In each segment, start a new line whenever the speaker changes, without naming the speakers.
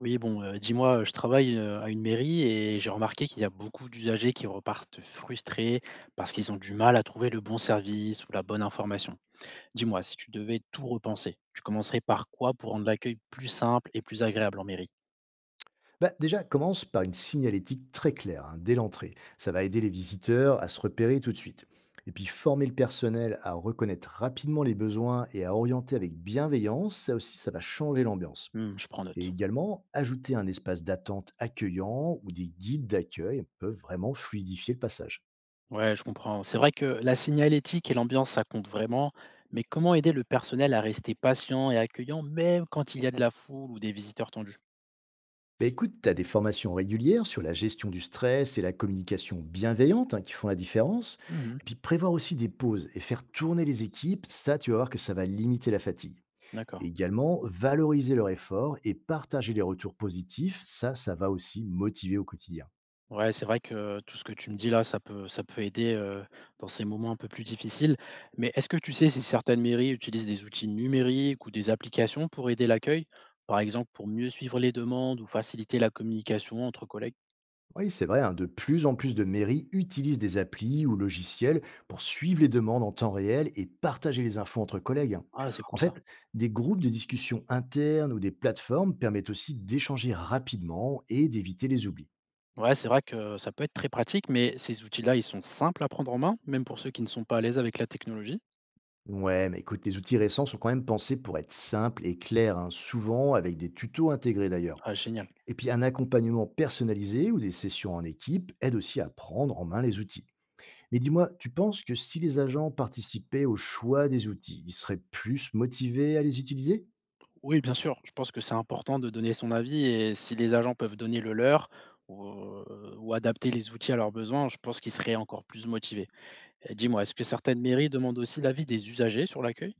Oui, bon, dis-moi, je travaille, à une mairie et j'ai remarqué qu'il y a beaucoup d'usagers qui repartent frustrés parce qu'ils ont du mal à trouver le bon service ou la bonne information. Dis-moi, si tu devais tout repenser, tu commencerais par quoi pour rendre l'accueil plus simple et plus agréable en mairie?
Bah, déjà, commence par une signalétique très claire, hein, dès l'entrée. Ça va aider les visiteurs à se repérer tout de suite. Et puis former le personnel à reconnaître rapidement les besoins et à orienter avec bienveillance, ça aussi, ça va changer l'ambiance.
Mmh, je prends
Et
note.
également, ajouter un espace d'attente accueillant ou des guides d'accueil peuvent vraiment fluidifier le passage.
Ouais, je comprends. C'est vrai que la signalétique et l'ambiance, ça compte vraiment, mais comment aider le personnel à rester patient et accueillant même quand il y a de la foule ou des visiteurs tendus?
Bah écoute, tu as des formations régulières sur la gestion du stress et la communication bienveillante, hein, qui font la différence.
Mmh.
Et puis prévoir aussi des pauses et faire tourner les équipes, ça tu vas voir que ça va limiter la fatigue.
D'accord.
Et également, valoriser leur effort et partager les retours positifs, ça va aussi motiver au quotidien.
Ouais, c'est vrai que tout ce que tu me dis là, ça peut aider, dans ces moments un peu plus difficiles. Mais est-ce que tu sais si certaines mairies utilisent des outils numériques ou des applications pour aider l'accueil? Par exemple, pour mieux suivre les demandes ou faciliter la communication entre collègues?
Oui, c'est vrai, hein, de plus en plus de mairies utilisent des applis ou logiciels pour suivre les demandes en temps réel et partager les infos entre collègues, hein.
Ah, c'est
En
cool ça.
fait, des groupes de discussion internes ou des plateformes permettent aussi d'échanger rapidement et d'éviter les oublis.
Ouais, c'est vrai que ça peut être très pratique, mais ces outils-là, ils sont simples à prendre en main, même pour ceux qui ne sont pas à l'aise avec la technologie?
Ouais, mais écoute, les outils récents sont quand même pensés pour être simples et clairs, hein, souvent avec des tutos intégrés d'ailleurs.
Ah génial.
Et puis un accompagnement personnalisé ou des sessions en équipe aident aussi à prendre en main les outils. Mais dis-moi, tu penses que si les agents participaient au choix des outils, ils seraient plus motivés à les utiliser?
Oui, bien sûr, je pense que c'est important de donner son avis et si les agents peuvent donner le leur ou adapter les outils à leurs besoins, je pense qu'ils seraient encore plus motivés. Et dis-moi, est-ce que certaines mairies demandent aussi l'avis des usagers sur l'accueil?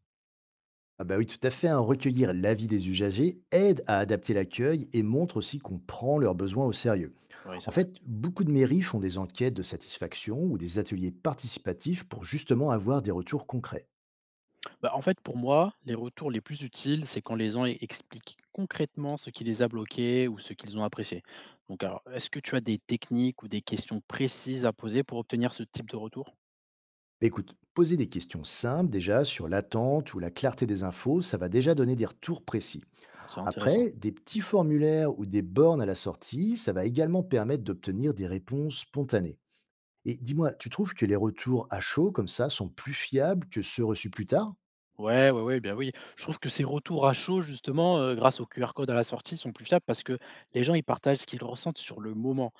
Ah bah oui, tout à fait, hein, recueillir l'avis des usagers aide à adapter l'accueil et montre aussi qu'on prend leurs besoins au sérieux.
Oui, c'est
En
vrai.
fait, beaucoup de mairies font des enquêtes de satisfaction ou des ateliers participatifs pour justement avoir des retours concrets.
Bah, en fait, pour moi, les retours les plus utiles, c'est quand les gens e expliquent concrètement ce qui les a bloqués ou ce qu'ils ont apprécié. Donc alors, est-ce que tu as des techniques ou des questions précises à poser pour obtenir ce type de retour?
Écoute, poser des questions simples déjà sur l'attente ou la clarté des infos, ça va déjà donner des retours précis.
C'est intéressant.
Après, des petits formulaires ou des bornes à la sortie, ça va également permettre d'obtenir des réponses spontanées. Et dis-moi, tu trouves que les retours à chaud comme ça sont plus fiables que ceux reçus plus tard?
Ouais, ouais, ouais, bien oui. Je trouve que ces retours à chaud justement, grâce au QR code à la sortie sont plus fiables parce que les gens, ils partagent ce qu'ils ressentent sur le moment.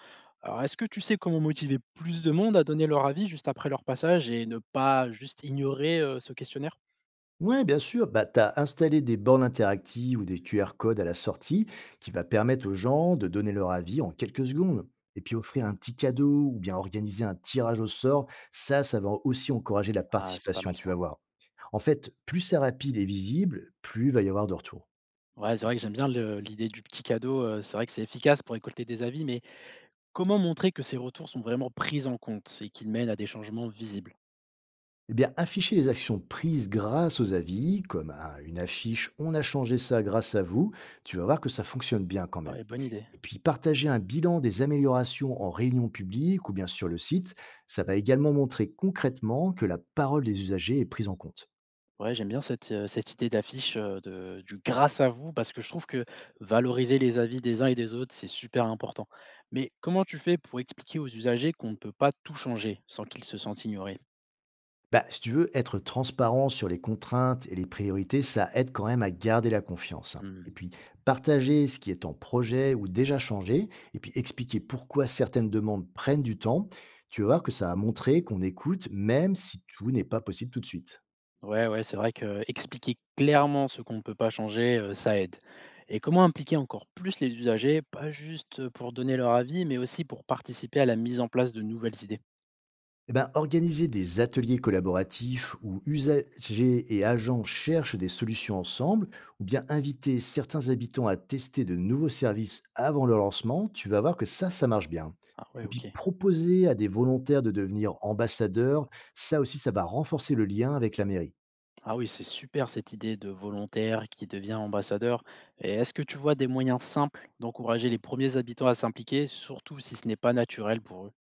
Alors est-ce que tu sais comment motiver plus de monde à donner leur avis juste après leur passage et ne pas juste ignorer, ce questionnaire?
Ouais, bien sûr. Bah, tu as installé des bornes interactives ou des QR codes à la sortie qui va permettre aux gens de donner leur avis en quelques secondes. Et puis offrir un petit cadeau ou bien organiser un tirage au sort, ça va aussi encourager la
Ah, c'est pas
participation,
mal
tu vas
ça.
voir. En fait, plus c'est rapide et visible, plus il va y avoir de retours.
Ouais, c'est vrai que j'aime bien le l'idée du petit cadeau, c'est vrai que c'est efficace pour récolter des avis, mais comment montrer que ces retours sont vraiment pris en compte et qu'ils mènent à des changements visibles?
Eh bien, afficher les actions prises grâce aux avis, comme à une affiche « On a changé ça grâce à vous », tu vas voir que ça fonctionne bien quand même.
Ouais, bonne idée.
Et puis, partager un bilan des améliorations en réunion publique ou bien sur le site, ça va également montrer concrètement que la parole des usagers est prise en compte.
Ouais, j'aime bien cette, cette idée d'affiche, de du «grâce à vous» parce que je trouve que valoriser les avis des uns et des autres, c'est super important. Mais comment tu fais pour expliquer aux usagers qu'on ne peut pas tout changer sans qu'ils se sentent ignorés?
Bah, si tu veux, être transparent sur les contraintes et les priorités, ça aide quand même à garder la confiance, hein. Et
Mmh.
puis, partager ce qui est en projet ou déjà changé, et puis expliquer pourquoi certaines demandes prennent du temps, tu vas voir que ça a montré qu'on écoute, même si tout n'est pas possible tout de suite.
Ouais, ouais, c'est vrai que expliquer clairement ce qu'on ne peut pas changer, ça aide. Et comment impliquer encore plus les usagers, pas juste, pour donner leur avis, mais aussi pour participer à la mise en place de nouvelles idées?
Eh ben, organiser des ateliers collaboratifs où usagers et agents cherchent des solutions ensemble, ou bien inviter certains habitants à tester de nouveaux services avant leur lancement, tu vas voir que ça marche bien.
Ah ouais,
Et
OK.
puis proposer à des volontaires de devenir ambassadeurs, ça aussi, ça va renforcer le lien avec la mairie.
Ah oui, c'est super cette idée de volontaire qui devient ambassadeur. Et est-ce que tu vois des moyens simples d'encourager les premiers habitants à s'impliquer, surtout si ce n'est pas naturel pour eux?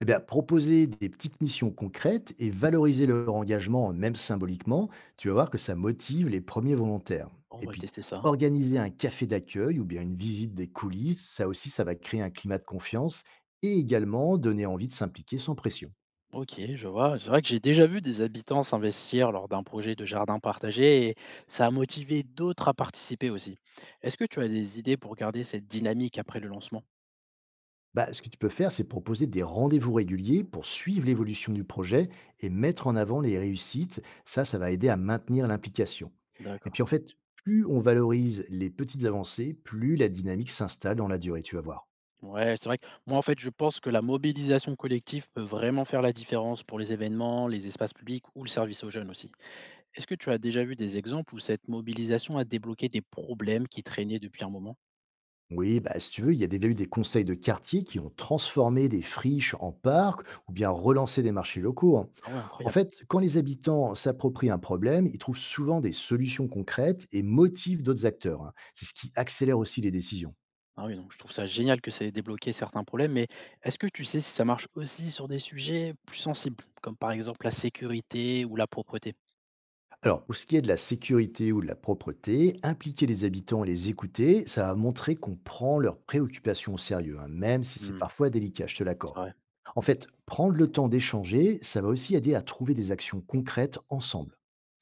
Eh bien, proposer des petites missions concrètes et valoriser leur engagement, même symboliquement, tu vas voir que ça motive les premiers volontaires.
On
Et
va
puis,
tester ça.
organiser un café d'accueil ou bien une visite des coulisses, ça aussi, ça va créer un climat de confiance et également donner envie de s'impliquer sans pression.
Ok, je vois. C'est vrai que j'ai déjà vu des habitants s'investir lors d'un projet de jardin partagé et ça a motivé d'autres à participer aussi. Est-ce que tu as des idées pour garder cette dynamique après le lancement?
Bah, ce que tu peux faire, c'est proposer des rendez-vous réguliers pour suivre l'évolution du projet et mettre en avant les réussites. Ça va aider à maintenir l'implication. Et
D'accord.
puis en fait, plus on valorise les petites avancées, plus la dynamique s'installe dans la durée, tu vas voir.
Ouais, c'est vrai que moi, en fait, je pense que la mobilisation collective peut vraiment faire la différence pour les événements, les espaces publics ou le service aux jeunes aussi. Est-ce que tu as déjà vu des exemples où cette mobilisation a débloqué des problèmes qui traînaient depuis un moment?
Oui, bah, si tu veux, il y a déjà eu des conseils de quartier qui ont transformé des friches en parcs ou bien relancé des marchés locaux, hein.
Ah ouais,
En
incroyable.
fait, quand les habitants s'approprient un problème, ils trouvent souvent des solutions concrètes et motivent d'autres acteurs, hein. C'est ce qui accélère aussi les décisions.
Ah oui, donc je trouve ça génial que ça ait débloqué certains problèmes, mais est-ce que tu sais si ça marche aussi sur des sujets plus sensibles, comme par exemple la sécurité ou la propreté?
Alors, pour ce qui est de la sécurité ou de la propreté, impliquer les habitants et les écouter, ça va montrer qu'on prend leurs préoccupations au sérieux, hein, même si c'est
Mmh,
parfois délicat, je te
c'est
l'accorde.
vrai.
En fait, prendre le temps d'échanger, ça va aussi aider à trouver des actions concrètes ensemble.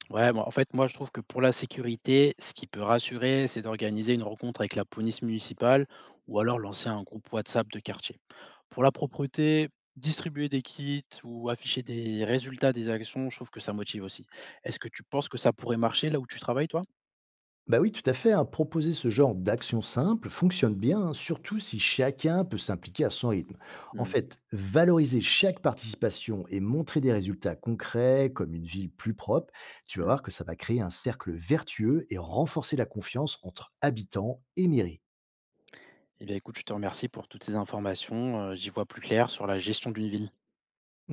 Ouais, bon, en fait, moi, je trouve que pour la sécurité, ce qui peut rassurer, c'est d'organiser une rencontre avec la police municipale ou alors lancer un groupe WhatsApp de quartier. Pour la propreté, distribuer des kits ou afficher des résultats des actions, je trouve que ça motive aussi. Est-ce que tu penses que ça pourrait marcher là où tu travailles, toi?
Bah oui, tout à fait, hein. Proposer ce genre d'action simple fonctionne bien, hein, surtout si chacun peut s'impliquer à son rythme. En
Mmh
fait, valoriser chaque participation et montrer des résultats concrets, comme une ville plus propre, tu vas
mh.
voir que ça va créer un cercle vertueux et renforcer la confiance entre habitants et mairie.
Eh bien, écoute, je te remercie pour toutes ces informations, j'y vois plus clair sur la gestion d'une ville.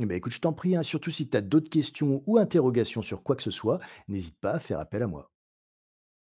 Eh ben écoute, je t'en prie, hein, surtout si tu as d'autres questions ou interrogations sur quoi que ce soit, n'hésite pas à faire appel à moi.